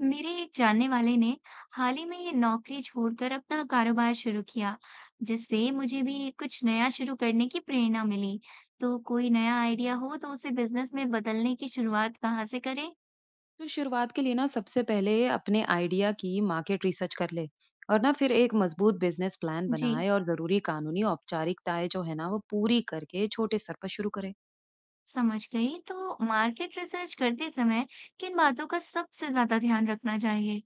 मेरे एक जानने वाले ने हाल ही में ये नौकरी छोड़कर अपना कारोबार शुरू किया, जिससे मुझे भी कुछ नया शुरू करने की प्रेरणा मिली। तो कोई नया आइडिया हो तो उसे बिजनेस में बदलने की शुरुआत कहाँ से करें? तो शुरुआत के लिए ना सबसे पहले अपने आइडिया की मार्केट रिसर्च कर ले और ना फिर एक मजबूत बिजनेस प्लान जी, बनाए और जरूरी कानूनी औपचारिकताएं जो है ना वो पूरी करके छोटे स्तर पर शुरू करें। समझ गई। तो मार्केट रिसर्च करते समय किन बातों का सबसे ज्यादा ध्यान रखना चाहिए?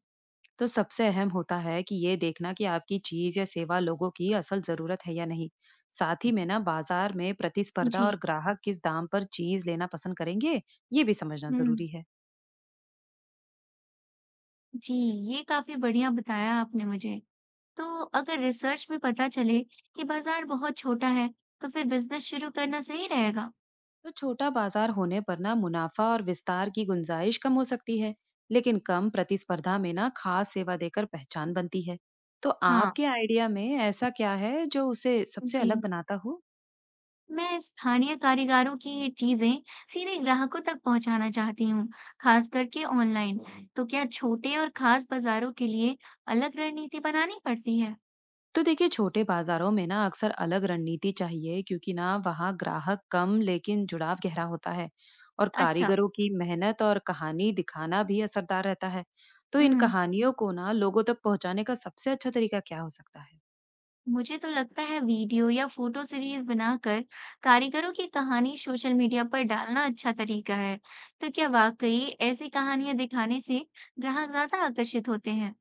तो सबसे अहम होता है कि ये देखना कि आपकी चीज या सेवा लोगों की असल जरूरत है या नहीं। साथ ही में ना बाजार में प्रतिस्पर्धा जी, और ग्राहक किस दाम पर चीज लेना पसंद करेंगे, ये भी समझना हम्म, जरूरी है। जी, ये काफी बढ़िया बताया आपने मुझे। तो अगर रिसर्च में पता चले कि बाजार बहुत छोटा है, तो फिर बिजनेस शुरू करना सही रहेगा। तो छोटा बाजार होने पर ना मुनाफा और विस्तार की गुंजाइश कम हो सकती है, लेकिन कम प्रतिस्पर्धा में ना खास सेवा देकर पहचान बनती है। तो हाँ, आपके आइडिया में ऐसा क्या है जो उसे सबसे अलग जी। बनाता हो? मैं स्थानीय कारीगरों की चीज़ें सीधे ग्राहकों तक पहुँचाना चाहती हूँ, खास करके ऑनलाइन। तो क्या छोटे और खास बाज़ारों के लिए अलग रणनीति बनानी पड़ती है? तो देखिए छोटे बाजारों में ना अक्सर अलग रणनीति चाहिए, क्योंकि ना वहाँ ग्राहक कम लेकिन जुड़ाव गहरा होता है और अच्छा, कारीगरों की मेहनत और कहानी दिखाना भी असरदार रहता है। तो इन हुँ। कहानियों को ना लोगों तक पहुंचाने का सबसे अच्छा तरीका क्या हो सकता है? मुझे तो लगता है वीडियो या फ़ोटो सीरीज़ बनाकर कारीगरों की कहानी सोशल मीडिया पर डालना अच्छा तरीका है। तो क्या वाक़ई ऐसी कहानियाँ दिखाने से ग्राहक ज़्यादा आकर्षित होते हैं?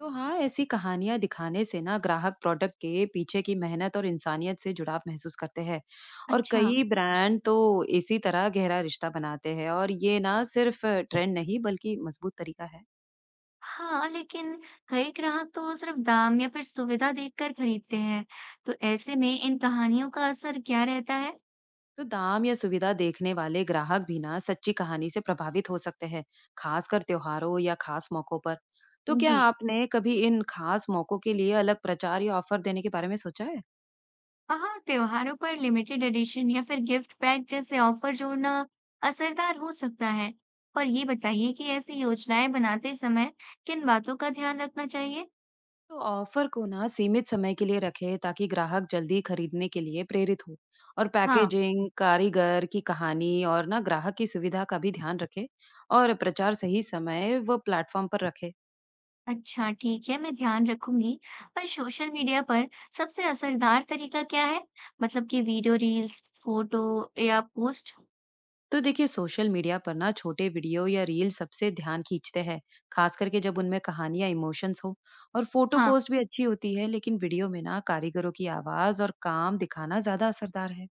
तो हाँ ऐसी कहानियां दिखाने से ना ग्राहक प्रोडक्ट के पीछे की मेहनत और इंसानियत से जुड़ाव महसूस करते हैं। और अच्छा। कई ब्रांड तो इसी तरह गहरा रिश्ता बनाते हैं और ये ना सिर्फ ट्रेंड नहीं बल्कि मजबूत तरीका है। हाँ, लेकिन कई ग्राहक तो सिर्फ दाम या फिर सुविधा देखकर खरीदते हैं। तो ऐसे में इन कहानियों का असर क्या रहता है? तो दाम या सुविधा देखने वाले ग्राहक भी ना सच्ची कहानी से प्रभावित हो सकते हैं, खासकर त्योहारों या खास मौकों पर। तो क्या जी, आपने कभी इन खास मौकों के लिए अलग प्रचार या ऑफर देने के बारे में सोचा है? हाँ, त्योहारों पर लिमिटेड एडिशन या फिर गिफ्ट पैक जैसे ऑफर जोड़ना असरदार हो सकता है। और ये बताइए कि ऐसी योजनाएं बनाते समय किन बातों का ध्यान रखना चाहिए? तो ऑफर को ना सीमित समय के लिए रखें ताकि ग्राहक जल्दी खरीदने के लिए प्रेरित हो, और हाँ, पैकेजिंग, कारीगर की कहानी और ना ग्राहक की सुविधा का भी ध्यान रखे, और प्रचार सही समय व प्लेटफॉर्म पर रखे। अच्छा, ठीक है, मैं ध्यान रखूंगी। पर सोशल मीडिया पर सबसे असरदार तरीका क्या है? मतलब कि वीडियो रील्स, फोटो या पोस्ट? तो देखिए सोशल मीडिया पर ना छोटे वीडियो या रील सबसे ध्यान खींचते हैं, खास करके जब उनमें कहानी या इमोशंस हो। और फोटो हाँ पोस्ट भी अच्छी होती है, लेकिन वीडियो में ना कारीगरों की आवाज और काम दिखाना ज्यादा असरदार है।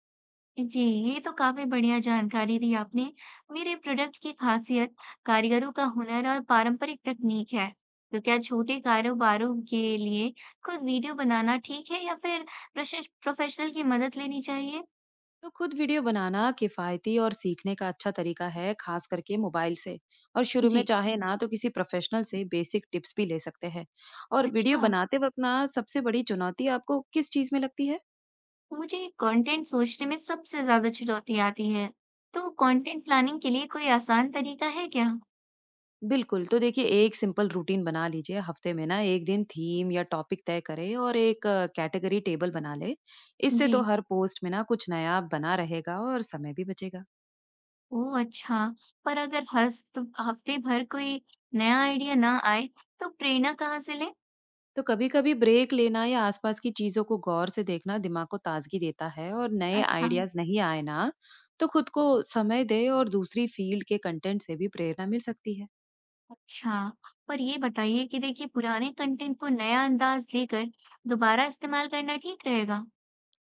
जी, ये तो काफ़ी बढ़िया जानकारी दी आपने। मेरे प्रोडक्ट की ख़ासियत कारीगरों का हुनर और पारंपरिक तकनीक है। तो क्या छोटे कारोबारों के लिए खुद वीडियो बनाना ठीक है या फिर प्रोशेश प्रोफ़ेशनल की मदद लेनी चाहिए? तो खुद वीडियो बनाना किफायती और सीखने का अच्छा तरीका है, खास करके मोबाइल से। और शुरू में जी। चाहे ना तो किसी प्रोफेशनल से बेसिक टिप्स भी ले सकते हैं। और वीडियो अच्छा, बनाते वक्त ना सबसे बड़ी चुनौती आपको किस चीज में लगती है? मुझे कंटेंट सोचने में सबसे ज़्यादा चुनौती आती है। तो कंटेंट प्लानिंग के लिए कोई आसान तरीका है क्या? बिल्कुल, तो देखिए एक सिंपल रूटीन बना लीजिए। हफ्ते में ना एक दिन थीम या टॉपिक तय करें और एक कैटेगरी टेबल बना ले। इससे जी। तो हर पोस्ट में ना कुछ नया बना रहेगा और समय भी बचेगा। ओह! अच्छा, पर अगर हस्त हफ़्ते भर कोई नया आइडिया ना आए, तो प्रेरणा कहाँ से लें? तो कभी-कभी ब्रेक लेना या आसपास की चीजों को गौर से देखना दिमाग को ताजगी देता है, और नए अच्छा, आइडियाज नहीं आए ना तो खुद को समय दे, और दूसरी फील्ड के कंटेंट से भी प्रेरणा मिल सकती है। अच्छा। पर ये बताइए कि देखिए पुराने कंटेंट को नया अंदाज़ देकर दोबारा इस्तेमाल करना ठीक रहेगा?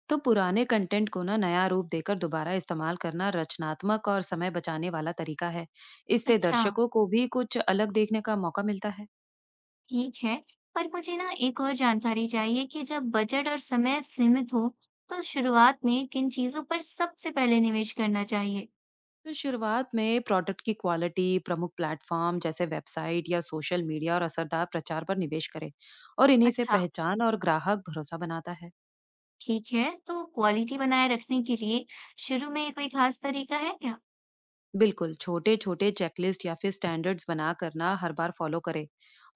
तो पुराने कंटेंट को ना नया रूप देकर दोबारा इस्तेमाल करना रचनात्मक और समय बचाने वाला तरीका है। इससे अच्छा, दर्शकों को भी कुछ अलग देखने का मौका मिलता है। ठीक है। पर मुझे ना एक और जानकारी चाहिए कि जब बजट और समय सीमित हो, तो शुरुआत में किन चीज़ों पर सबसे पहले निवेश करना चाहिए? तो शुरुआत में प्रोडक्ट की क्वालिटी, प्रमुख प्लेटफॉर्म जैसे वेबसाइट या सोशल मीडिया, और असरदार प्रचार पर निवेश करें। और इन्हीं से अच्छा, पहचान और ग्राहक भरोसा बनाता है। ठीक है। तो क्वालिटी बनाए रखने के लिए शुरू में कोई खास तरीका है क्या? बिल्कुल, छोटे-छोटे चेकलिस्ट या फिर स्टैंडर्ड्स बनाकर ना हर बार फॉलो करें।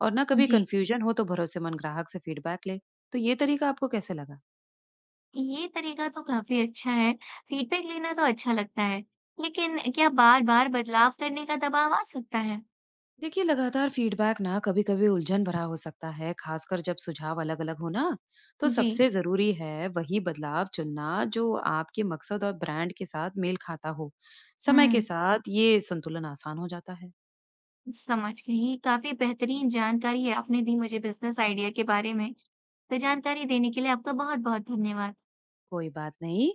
और ना कभी जी। कन्फ्यूजन हो तो भरोसेमंद ग्राहक से फीडबैक ले। तो ये तरीका आपको कैसे लगा? ये तरीका तो काफी अच्छा है। फीडबैक लेना तो अच्छा लगता है, लेकिन क्या बार-बार बदलाव करने का दबाव आ सकता है? देखिए, लगातार फीडबैक ना कभी-कभी उलझन भरा हो सकता है, खासकर जब सुझाव अलग-अलग हो ना। तो जी, सबसे ज़रूरी है वही बदलाव चुनना जो आपके मकसद और ब्रांड के साथ मेल खाता हो। समय के हम्म, साथ ये संतुलन आसान हो जाता है। समझ गई। काफी बेहतरीन जानकारी है आपने दी मुझे बिजनेस आइडिया के बारे में। तो जानकारी देने के लिए आपका बहुत-बहुत धन्यवाद। कोई बात नहीं।